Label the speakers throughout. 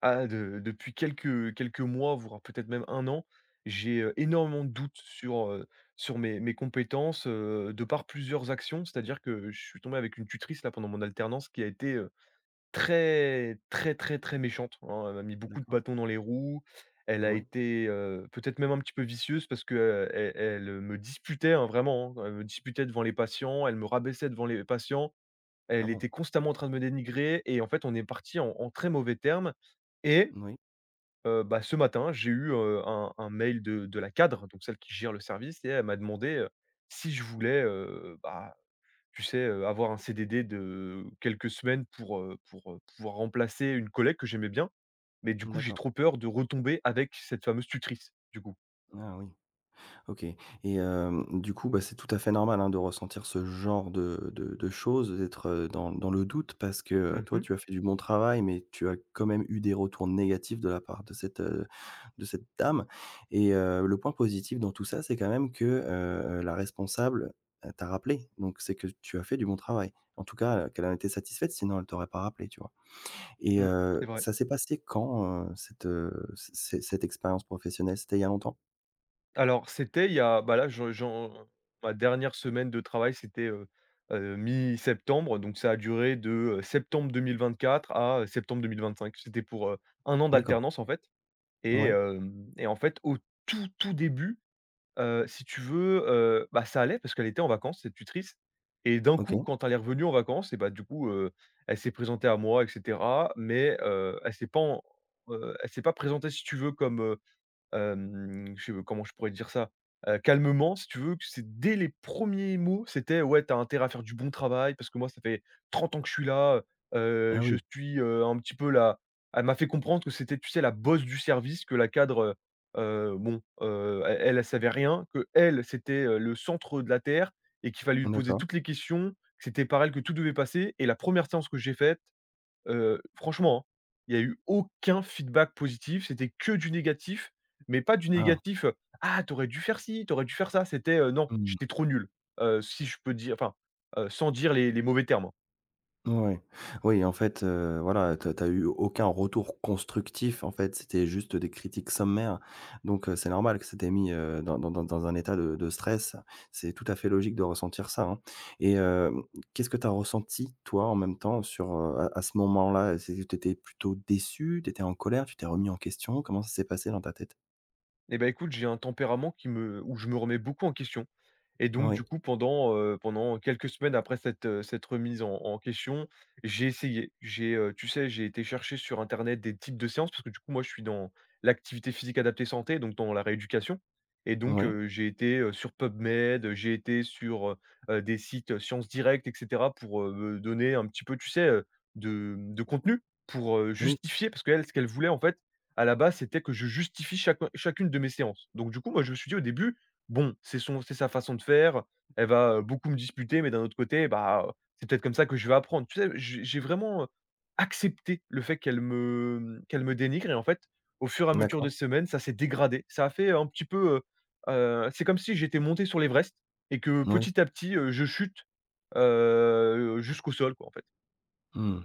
Speaker 1: Ah, de depuis quelques mois, voire peut-être même un an, j'ai, énormément de doutes sur mes compétences, de par plusieurs actions. C'est-à-dire que je suis tombé avec une tutrice là pendant mon alternance qui a été, très, très, très, très méchante, hein. Elle m'a mis beaucoup de
Speaker 2: D'accord.
Speaker 1: bâtons dans les roues. Elle a
Speaker 2: Oui.
Speaker 1: été, peut-être même un petit peu vicieuse parce que, elle me disputait, hein, vraiment, hein, elle me disputait devant les patients, elle me rabaissait devant les patients.
Speaker 2: Ah
Speaker 1: Elle
Speaker 2: bon?
Speaker 1: était constamment en train de me dénigrer et en fait, on est parti en très mauvais termes et
Speaker 2: Oui.
Speaker 1: Bah, ce matin, j'ai eu, un mail de la cadre, donc celle qui gère le service et elle m'a demandé, si je voulais, bah, tu sais, avoir un CDD de quelques semaines pour, pouvoir remplacer une collègue que j'aimais bien. Mais du coup, j'ai
Speaker 2: D'accord.
Speaker 1: trop peur de retomber avec cette fameuse tutrice, du coup.
Speaker 2: Ah oui. OK et du coup, bah, c'est tout à fait normal, hein, de ressentir ce genre de choses, d'être, dans le doute parce que,
Speaker 1: Mmh
Speaker 2: toi,
Speaker 1: mh.
Speaker 2: tu as fait du bon travail, mais tu as quand même eu des retours négatifs de la part de cette dame et le point positif dans tout ça, c'est quand même que, la responsable, elle t'a rappelé. Donc c'est que tu as fait du bon travail. En tout cas, qu'elle en était satisfaite, sinon elle t'aurait pas rappelé, tu vois? Et
Speaker 1: Mmh, c'est vrai.
Speaker 2: ça s'est passé quand, cette, c c cette expérience professionnelle? C'était il y a longtemps?
Speaker 1: Alors, c'était il y a bah, là, j'en ma dernière semaine de travail, c'était, mi-septembre, donc ça a duré de, septembre quatre à, septembre cinq. C'était pour, 1 an
Speaker 2: D'accord.
Speaker 1: d'alternance, en fait et
Speaker 2: Ouais,
Speaker 1: hem et en fait, au tout, tout début, si tu veux, bah, ça allait parce qu'elle était en vacances, cette tutrice et d'un coup,
Speaker 2: OK.
Speaker 1: quand elle est revenue en vacances et bah, du coup, elle s'est présentée à moi et cetera mais elle s'est pas présentée, si tu veux, comme, comment je pourrais dire ça? Calmement, si tu veux, que c'est dès les premiers mots, c'était: «Ouais, t'as as intérêt à faire du bon travail parce que moi, ça fait 30 ans que je suis là, heu
Speaker 2: Ah
Speaker 1: je
Speaker 2: oui,
Speaker 1: suis, un petit peu là. Elle m'a fait comprendre que c'était, tu sais, la boss du service, que la cadre, bon, elle savait rien, que elle, c'était, le centre de la terre et qu'il fallait lui poser
Speaker 2: d'accord.
Speaker 1: toutes les questions, que c'était par elle que tout devait passer et la première séance que j'ai faite. Franchement, hein, il y a eu aucun feedback positif, c'était que du négatif, mais pas du
Speaker 2: Ah!
Speaker 1: négatif, «Ah, tu aurais dû faire ci, tu aurais dû faire ça». C'était, «Non,
Speaker 2: Mmh.
Speaker 1: j'étais trop nul», si je peux dire enfin, sans dire les mauvais termes, hein.
Speaker 2: Ouais. Oui, en fait, voilà, t'as as eu aucun retour constructif, en fait, c'était juste des critiques sommaires. Donc c'est normal que ça t'ait mis, dans un état de stress. C'est tout à fait logique de ressentir ça, hein et qu'est-ce que t'as ressenti, toi, en même temps, sur, à ce moment-là? C'est tu étais plutôt déçu? T'étais en colère? Tu t'es remis en question? Comment ça s'est passé dans ta tête?
Speaker 1: Et bah, écoute, j'ai un tempérament qui me où je me remets beaucoup en question. Et donc du
Speaker 2: Oui.
Speaker 1: coup pendant quelques semaines après cette remise en question, j'ai essayé. J'ai, tu sais, j'ai été chercher sur internet des types de séances parce que du coup moi je suis dans l'activité physique adaptée santé, donc dans la rééducation et donc
Speaker 2: Oui.
Speaker 1: j'ai été, sur PubMed, j'ai été sur, des sites, Sciences Direct et cetera pour, me donner un petit peu, tu sais, de contenu pour,
Speaker 2: Oui.
Speaker 1: justifier parce qu'elle, ce qu'elle voulait en fait, à la base, c'était que je justifie chaque chacune de mes séances. Donc du coup, moi je me suis dit au début: bon, c'est sa façon de faire, elle va, beaucoup me disputer, mais d'un autre côté, bah, c'est peut-être comme ça que je vais apprendre. Tu sais, j'ai vraiment, accepté le fait qu'elle me dénigre et en fait, au fur et à mesure de
Speaker 2: D'accord.
Speaker 1: semaines, ça s'est dégradé. Ça a fait un petit peu. C'est comme si j'étais monté sur l'Everest et que
Speaker 2: Oui.
Speaker 1: petit à petit, je chute, jusqu'au sol quoi, en fait.
Speaker 2: Mmh.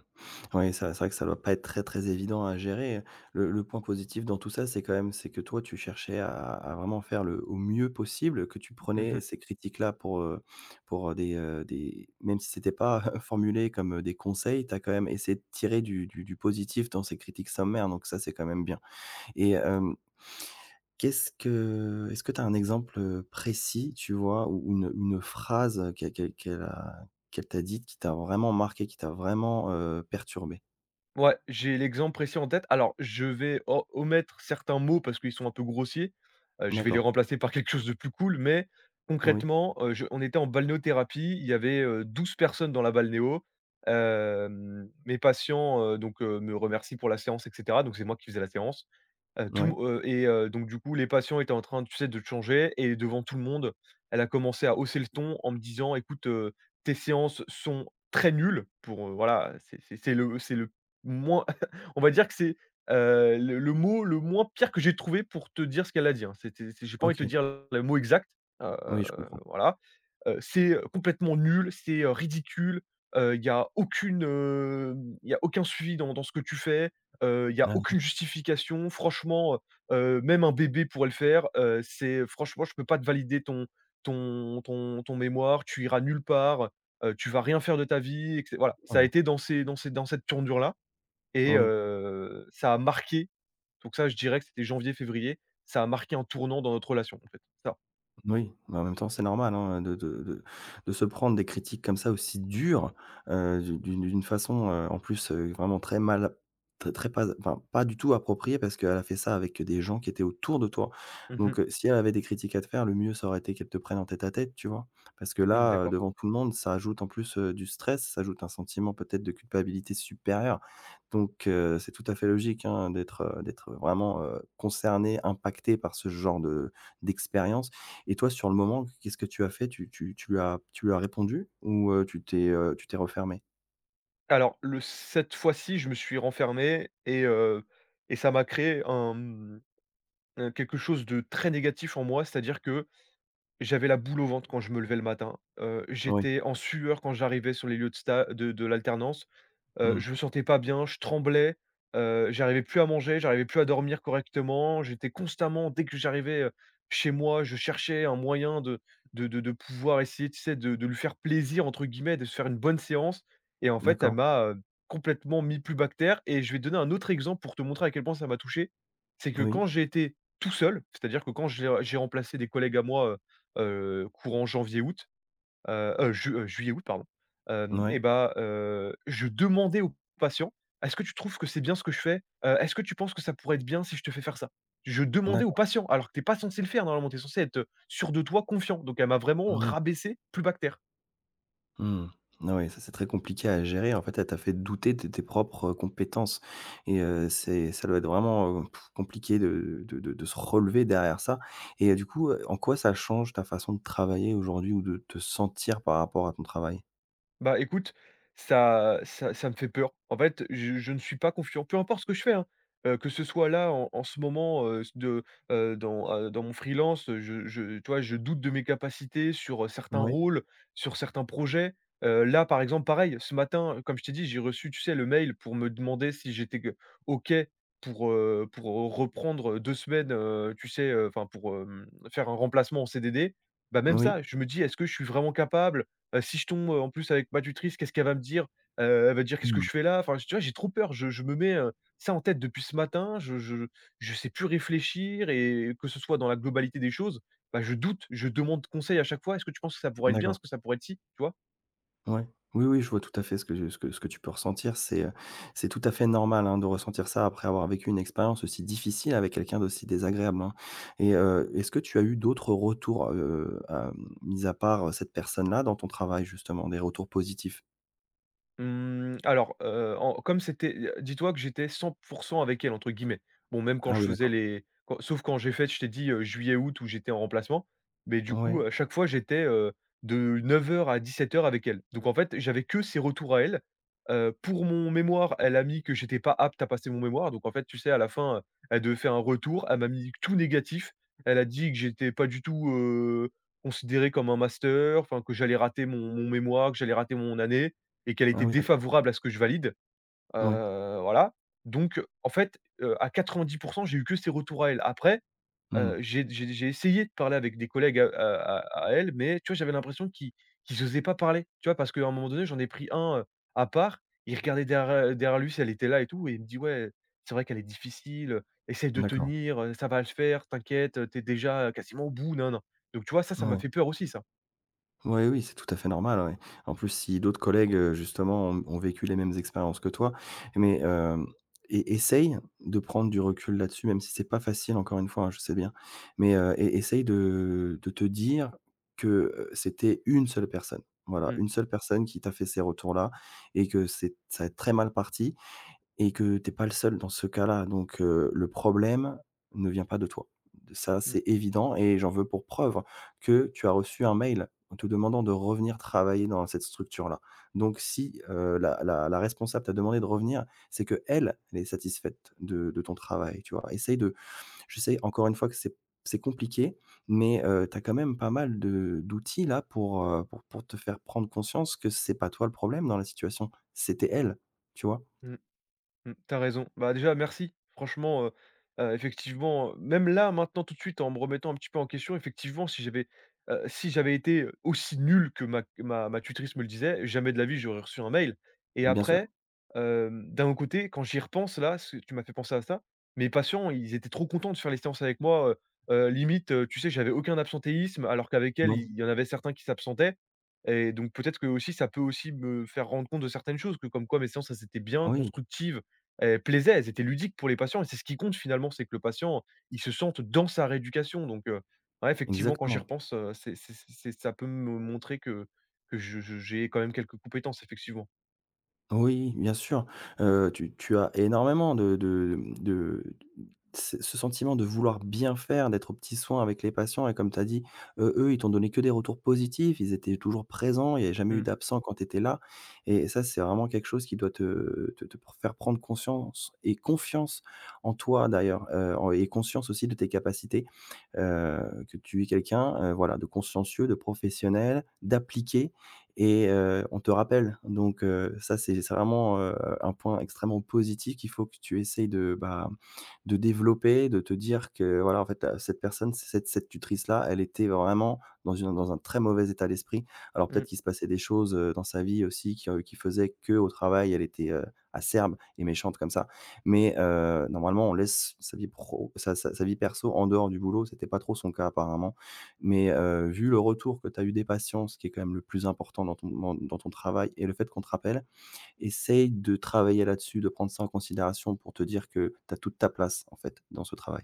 Speaker 2: Oui, ça c'est vrai que ça doit pas être très, très évident à gérer. Le point positif dans tout ça, c'est quand même, c'est que toi, tu cherchais à vraiment faire le au mieux possible, que tu prenais ces critiques-là pour, des même si c'était pas formulé comme, des conseils, tu as quand même essayé de tirer du positif dans ces critiques sommaires, donc ça, c'est quand même bien et qu'est-ce que est-ce que tu as un exemple, précis, tu vois, ou une phrase qu'elle t'a dite qui t'a vraiment marqué, qui t'a vraiment, perturbé?
Speaker 1: Ouais, j'ai l'exemple précis en tête. Alors, je vais o omettre certains mots parce qu'ils sont un peu grossiers. Je vais les
Speaker 2: D'accord,
Speaker 1: remplacer par quelque chose de plus cool, mais
Speaker 2: oui,
Speaker 1: concrètement, je on était en balnéothérapie, il y avait, 12 personnes dans la balnéo. Mes patients, donc, me remercient pour la séance et cetera, donc c'est moi qui faisais la séance. Tout m
Speaker 2: ouais,
Speaker 1: et Donc du coup, les patients étaient en train, tu sais, de changer et devant tout le monde, elle a commencé à hausser le ton en me disant: «Écoute, tes séances sont très nulles» pour, voilà, c'est le Moins, on va dire que c'est, le mot le moins pire que j'ai trouvé pour te dire ce qu'elle a dit, hein. C'était c'est J'ai pas envie de
Speaker 2: OK,
Speaker 1: te dire le mot exact, heu,
Speaker 2: oui, je comprends.
Speaker 1: voilà. C'est complètement nul, c'est, ridicule, il y a aucun suivi dans ce que tu fais, il y a
Speaker 2: Ah,
Speaker 1: aucune justification. Franchement, même un bébé pourrait le faire, c'est franchement je peux pas te valider ton mémoire, tu iras nulle part, tu vas rien faire de ta vie et cé voilà. Ça a
Speaker 2: voilà,
Speaker 1: été dans ces dans ces dans cette tournure-là et
Speaker 2: oui.
Speaker 1: ça a marqué, donc ça, je dirais que c'était janvier-février, ça a marqué un tournant dans notre relation, en fait, ça.
Speaker 2: Oui, mais en même temps, c'est normal, hein, de de se prendre des critiques comme ça aussi dures, d'une façon, en plus, vraiment très mal très très pas enfin, pas du tout appropriée parce qu'elle a fait ça avec des gens qui étaient autour de toi.
Speaker 1: Mmh mh.
Speaker 2: Donc, si elle avait des critiques à te faire, le mieux, ça aurait été qu'elle te prenne en tête à tête, tu vois? Parce que
Speaker 1: Mmh,
Speaker 2: là,
Speaker 1: d'accord.
Speaker 2: devant tout le monde, ça ajoute en plus, du stress, ça ajoute un sentiment peut-être de culpabilité supérieure. Donc, c'est tout à fait logique, hein, d'être, vraiment, concerné, impacté par ce genre de d'expérience. Et toi, sur le moment, qu'est-ce que tu as fait? Tu tu tu lui as répondu ou tu t'es refermé.
Speaker 1: Alors le cette fois-ci, je me suis renfermé et et ça m'a créé un quelque chose de très négatif en moi, c'est-à-dire que j'avais la boule au ventre quand je me levais le matin,
Speaker 2: Oui.
Speaker 1: j'étais en sueur quand j'arrivais sur les lieux de sta de l'alternance.
Speaker 2: Mmh.
Speaker 1: Je me sentais pas bien, je tremblais, j'arrivais plus à manger, j'arrivais plus à dormir correctement. J'étais constamment dès que j'arrivais, chez moi, je cherchais un moyen de pouvoir essayer, tu sais, de lui «faire plaisir» entre guillemets, de se faire une bonne séance et en fait, elle
Speaker 2: D'accord.
Speaker 1: m'a, complètement mis plus bas que terre et je vais te donner un autre exemple pour te montrer à quel point ça m'a touché. C'est que
Speaker 2: Oui.
Speaker 1: quand j'ai été tout seul, c'est-à-dire que quand j'ai remplacé des collègues à moi, courant janvier-août. Ju Juillet, août, pardon. Hem
Speaker 2: Ouais.
Speaker 1: Et bah, je demandais aux patients: «Est-ce que tu trouves que c'est bien ce que je fais? Est-ce que tu penses que ça pourrait être bien si je te fais faire ça?» Je demandais aux
Speaker 2: D'accord.
Speaker 1: patients, alors que t'es pas censé le faire normalement, tu es censé être sûr de toi, confiant. Donc elle m'a vraiment
Speaker 2: Oui.
Speaker 1: rabaissé plus bactère.
Speaker 2: Mmh. Ah, ouais, ça, c'est très compliqué à gérer. En fait, elle t'a fait douter de tes propres, compétences et c'est ça doit être vraiment, compliqué de se relever derrière ça et du coup, en quoi ça change ta façon de travailler aujourd'hui ou de te sentir par rapport à ton travail?
Speaker 1: Bah, écoute, ça me fait peur. En fait, je ne suis pas confiant, peu importe ce que je fais, hein. Que ce soit là, en ce moment, dans mon freelance, je tu vois, je doute de mes capacités sur, certains
Speaker 2: Oui.
Speaker 1: rôles, sur certains projets. Là, par exemple, pareil, ce matin, comme je t'ai dit, j'ai reçu, tu sais, le mail pour me demander si j'étais que OK pour reprendre, 2 semaines, tu sais, enfin, pour, faire un remplacement en CDD. Bah, même
Speaker 2: Oui.
Speaker 1: ça, je me dis: «Est-ce que je suis vraiment capable?» Si je tombe, en plus avec ma tutrice, qu'est-ce qu'elle va me dire? Elle va dire: «Qu'est-ce que
Speaker 2: Mmh.
Speaker 1: je fais là?» Enfin, tu vois, j'ai trop peur. Je me mets, ça en tête depuis ce matin, je sais plus réfléchir et que ce soit dans la globalité des choses, bah, je doute, je demande conseil à chaque fois: «Est-ce que tu penses que ça pourrait être bien?
Speaker 2: D'accord.
Speaker 1: Est-ce que ça pourrait être si?» Tu vois?
Speaker 2: Ouais. Oui, oui, je vois tout à fait ce que tu peux ressentir. C'est tout à fait normal, hein, de ressentir ça après avoir vécu une expérience aussi difficile avec quelqu'un d'aussi désagréable, hein et est-ce que tu as eu d'autres retours, à mis à part, cette personne-là dans ton travail justement, des retours positifs?
Speaker 1: Mmh, alors, en Comme c'était, dis-toi que j'étais 100% avec elle» entre guillemets. Bon, même quand
Speaker 2: Ah
Speaker 1: je
Speaker 2: oui,
Speaker 1: faisais
Speaker 2: d'accord.
Speaker 1: les quand sauf quand j'ai fait, je t'ai dit, juillet-août où j'étais en remplacement, mais du
Speaker 2: Ouais.
Speaker 1: coup, à chaque fois, j'étais, de 9 heures à 17 heures avec elle. Donc en fait, j'avais que ses retours à elle. Pour mon mémoire, elle a mis que j'étais pas apte à passer mon mémoire. Donc en fait, tu sais, à la fin, elle devait faire un retour. Elle m'a mis tout négatif. Elle a dit que j'étais pas du tout, considéré comme un master, enfin que j'allais rater mon mémoire, que j'allais rater mon année et qu'elle
Speaker 2: Ah
Speaker 1: était
Speaker 2: oui, d'accord.
Speaker 1: défavorable à ce que je valide,
Speaker 2: Ouais.
Speaker 1: voilà. Donc en fait, à 90 j'ai eu que ses retours à elle. Après,
Speaker 2: Hmm.
Speaker 1: j'ai essayé de parler avec des collègues à elle, mais tu vois, j'avais l'impression qu'ils osaient pas parler, tu vois? Parce qu'à un moment donné, j'en ai pris un, à part, il regardait derrière lui si elle était là et tout et il me dit: «Ouais, c'est vrai qu'elle est difficile, essaye de
Speaker 2: D'accord.
Speaker 1: tenir, ça va le faire, t'inquiète, tu déjà, quasiment au bout, non, non. Donc tu vois, ça m'a
Speaker 2: Ouais.
Speaker 1: fait peur aussi ça.
Speaker 2: Oui, oui, c'est tout à fait normal, ouais. En plus, si d'autres collègues, justement, ont vécu les mêmes expériences que toi, mais hem, e essaye de prendre du recul là-dessus, même si c'est pas facile, encore une fois, hein, je sais bien, mais e essaye de te dire que, c'était une seule personne. Voilà,
Speaker 1: Mmh,
Speaker 2: une seule personne qui t'a fait ces retours-là et que c'est ça a très mal parti et que t'es pas le seul dans ce cas-là, donc le problème ne vient pas de toi. Ça,
Speaker 1: mmh
Speaker 2: c'est évident et j'en veux pour preuve que tu as reçu un mail en te demandant de revenir travailler dans cette structure-là. Donc si, la responsable t'a demandé de revenir, c'est que elle est satisfaite de ton travail, tu vois? Essaye de Je sais encore une fois que c'est compliqué, mais tu as quand même pas mal de d'outils là pour te faire prendre conscience que c'est pas toi le problème dans la situation, c'était elle, tu vois?
Speaker 1: mh. Mmh, tu raison. Bah, déjà merci. Franchement, effectivement, même là, maintenant, tout de suite, en me remettant un petit peu en question, effectivement, si j'avais été aussi nul que ma tutrice me le disait, jamais de la vie, j'aurais reçu un mail et
Speaker 2: Bien sûr.
Speaker 1: après, d'un autre côté, quand j'y repense là, ce tu m'as fait penser à ça, mes patients, ils étaient trop contents de faire les séances avec moi, limite, tu sais, j'avais aucun absentéisme alors qu'avec elle, il y en avait certains qui s'absentaient et donc peut-être que aussi, ça peut aussi me faire rendre compte de certaines choses que comme quoi mes séances, ça c'était bien
Speaker 2: Oui,
Speaker 1: constructives. Elles plaisaient, elles étaient ludiques pour les patients et c'est ce qui compte finalement, c'est que le patient, il se sente dans sa rééducation donc ouais, effectivement, quand j'y
Speaker 2: exactement.
Speaker 1: repense, c'est ça peut me montrer que je j'ai quand même quelques compétences effectivement.
Speaker 2: Oui, bien sûr. Tu as énormément de ce sentiment de vouloir bien faire, d'être aux petits soins avec les patients et comme tu as dit, eux, ils t'ont donné que des retours positifs, ils étaient toujours présents, il n'y a jamais eu
Speaker 1: Mmh,
Speaker 2: d'absent quand tu étais là et ça, c'est vraiment quelque chose qui doit te faire prendre conscience et confiance en toi d'ailleurs, en et conscience aussi de tes capacités, que tu es quelqu'un, voilà, de consciencieux, de professionnel, d'appliqué et on te rappelle donc ça, c'est vraiment, un point extrêmement positif qu'il faut que tu essayes de, bah, de développer, de te dire que voilà, en fait, cette personne, cette tutrice-là, elle était vraiment dans un très mauvais état d'esprit. Alors peut-être
Speaker 1: mmh.
Speaker 2: qu'il se passait des choses, dans sa vie aussi qui faisaient que au travail, elle était, acerbe et méchante comme ça. Mais, normalement, on laisse sa vie pro sa sa sa vie perso en dehors du boulot. C'était pas trop son cas apparemment. Mais, vu le retour que tu as eu des patients, ce qui est quand même le plus important dans ton travail et le fait qu'on te rappelle essaye de travailler là-dessus, de prendre ça en considération pour te dire que tu as toute ta place, en fait, dans ce travail.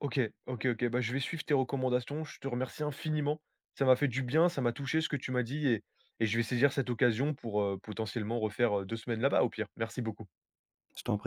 Speaker 1: OK, OK, OK. Bah, je vais suivre tes recommandations. Je te remercie infiniment. Ça m'a fait du bien, ça m'a touché ce que tu m'as dit et je vais saisir cette occasion pour, potentiellement refaire, 2 semaines là-bas au pire. Merci beaucoup.
Speaker 2: Je t'en prie.